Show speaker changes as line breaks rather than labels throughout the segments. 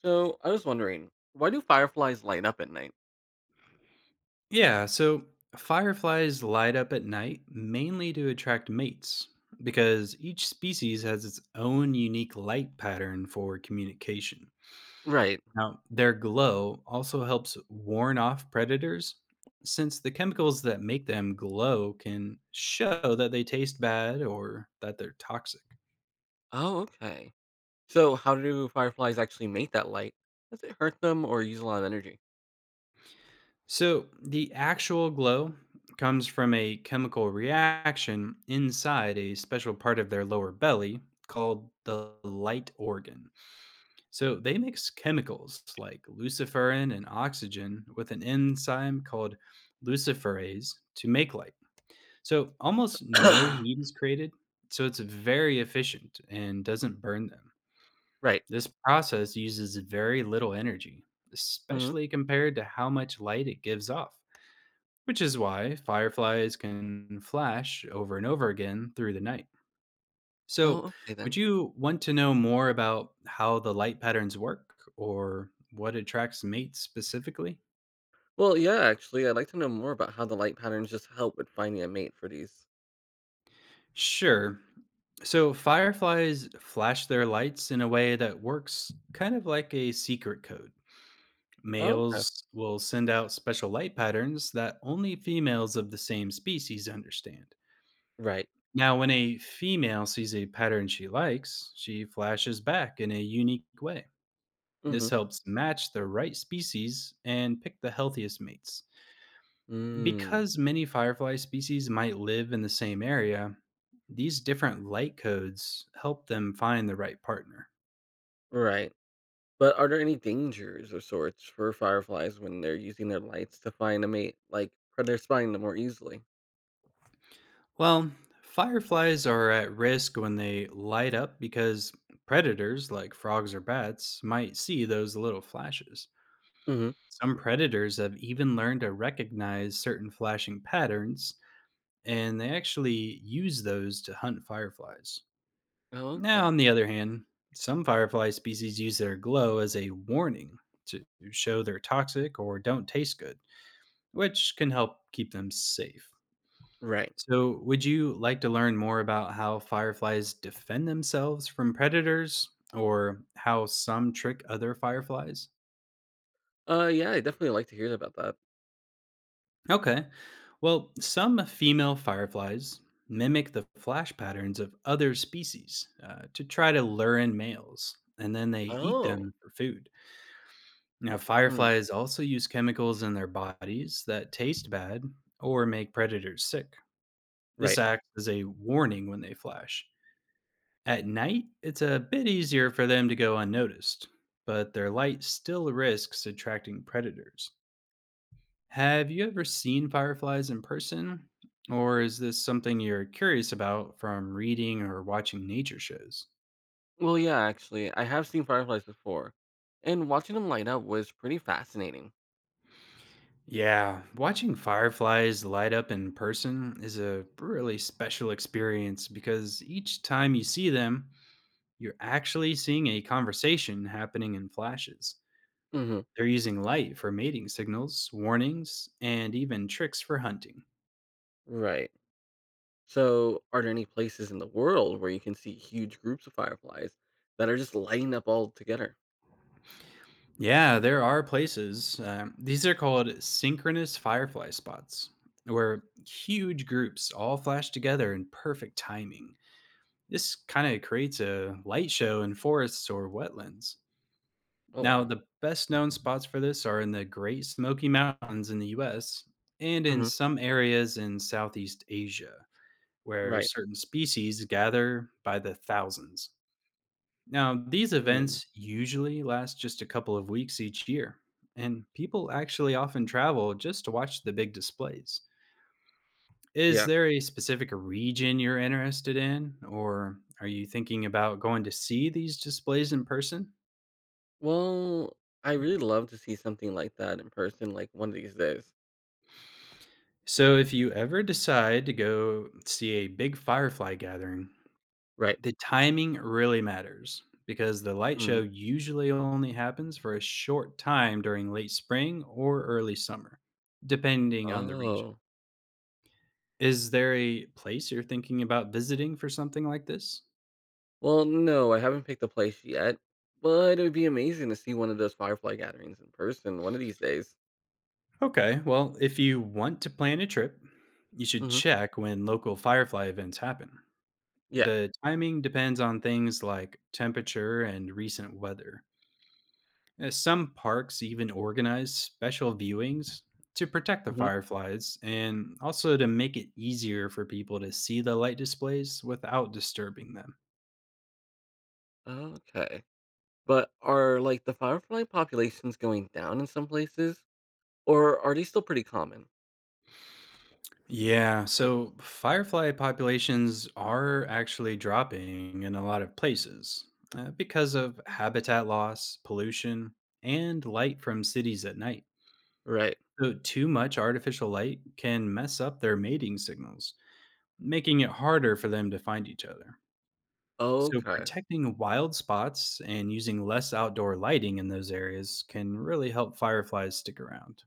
So I was wondering, why do fireflies light up at night?
Yeah, so fireflies light up at night mainly to attract mates because each species has its own unique light pattern for communication.
Right.
Now, their glow also helps warn off predators since the chemicals that make them glow can show that they taste bad or that they're toxic.
Oh, okay. So how do fireflies actually make that light? Does it hurt them or use a lot of energy?
So the actual glow comes from a chemical reaction inside a special part of their lower belly called the light organ. So they mix chemicals like luciferin and oxygen with an enzyme called luciferase to make light. So almost no heat is created, so it's very efficient and doesn't burn them.
Right.
This process uses very little energy,
Hmm.
especially compared to how much light it gives off, which is why fireflies can flash over and over again through the night. So,
Oh, okay
would
then.
you want to know more about how the light patterns work or what attracts mates specifically?
Well, yeah, actually, I'd like to know more about how the light patterns just help with finding a mate for these.
Sure. So, fireflies flash their lights in a way that works kind of like a secret code.
Oh, okay.
Males will send out special light patterns that only females of the same species understand.
Right.
Now, when a female sees a pattern she likes, she flashes back in a unique way.
Mm-hmm.
This helps match the right species and pick the healthiest mates.
Mm,
Because many firefly species might live in the same area, these different light codes help them find the right partner.
right. But are there any dangers or sorts for fireflies when they're using their lights to find a mate, like they're spying them more easily?
Well, fireflies are at risk when they light up because predators like frogs or bats might see those little flashes.
Mm-hmm.
Some predators have even learned to recognize certain flashing patterns, and they actually use those to hunt fireflies.
Oh,
Now,
okay.
on the other hand, some firefly species use their glow as a warning to show they're toxic or don't taste good, which can help keep them safe.
Right.
So, would you like to learn more about how fireflies defend themselves from predators or how some trick other fireflies?
Yeah, I definitely like to hear about that.
Okay. Well, some female fireflies mimic the flash patterns of other species to try to lure in males, and then they eat
Oh.
them for food. Now,
Mm.
fireflies also use chemicals in their bodies that taste bad or make predators sick. This
Right.
acts as a warning when they flash. At night, it's a bit easier for them to go unnoticed, but their light still risks attracting predators. Have you ever seen fireflies in person? Or is this something you're curious about from reading or watching nature shows?
Well, yeah, actually, I have seen fireflies before, and watching them light up was pretty fascinating.
Yeah, watching fireflies light up in person is a really special experience because each time you see them, you're actually seeing a conversation happening in flashes.
Hmm.
They're using light for mating signals, warnings, and even tricks for hunting.
Right. So, are there any places in the world where you can see huge groups of fireflies that are just lighting up all together?
Yeah, there are places. These are called synchronous firefly spots, where huge groups all flash together in perfect timing. This kind of creates a light show in forests or wetlands.
Oh,
Now,
wow.
the best known spots for this are in the Great Smoky Mountains in the US and in
Hmm.
some areas in Southeast Asia, where
Right.
certain species gather by the thousands. Now, these
Mm.
events usually last just a couple of weeks each year, and people actually often travel just to watch the big displays. Is
Yeah.
there a specific region you're interested in, or are you thinking about going to see these displays in person?
Well, I really love to see something like that in person, like one of these days.
So, if you ever decide to go see a big firefly gathering,
Right.
the timing really matters because the light show
Mm.
usually only happens for a short time during late spring or early summer, depending on the region.
Oh.
Is there a place you're thinking about visiting for something like this?
Well, no, I haven't picked a place yet, but it would be amazing to see one of those firefly gatherings in person one of these days.
Okay, well, if you want to plan a trip, you should
Hmm.
check when local firefly events happen.
Yeah.
The timing depends on things like temperature and recent weather. Some parks even organize special viewings to protect the
Hmm.
fireflies and also to make it easier for people to see the light displays without disturbing them.
Okay. But are like the firefly populations going down in some places, or are they still pretty common?
Yeah, so firefly populations are actually dropping in a lot of places because of habitat loss, pollution, and light from cities at night.
Right.
So, too much artificial light can mess up their mating signals, making it harder for them to find each other. So,
Okay.
protecting wild spots and using less outdoor lighting in those areas can really help fireflies stick around.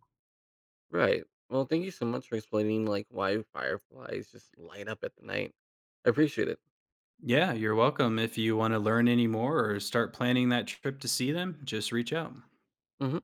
Right. Well, thank you so much for explaining like why fireflies just light up at the night. I appreciate it.
Yeah, you're welcome. If you want to learn any more or start planning that trip to see them, just reach out.
Hmm.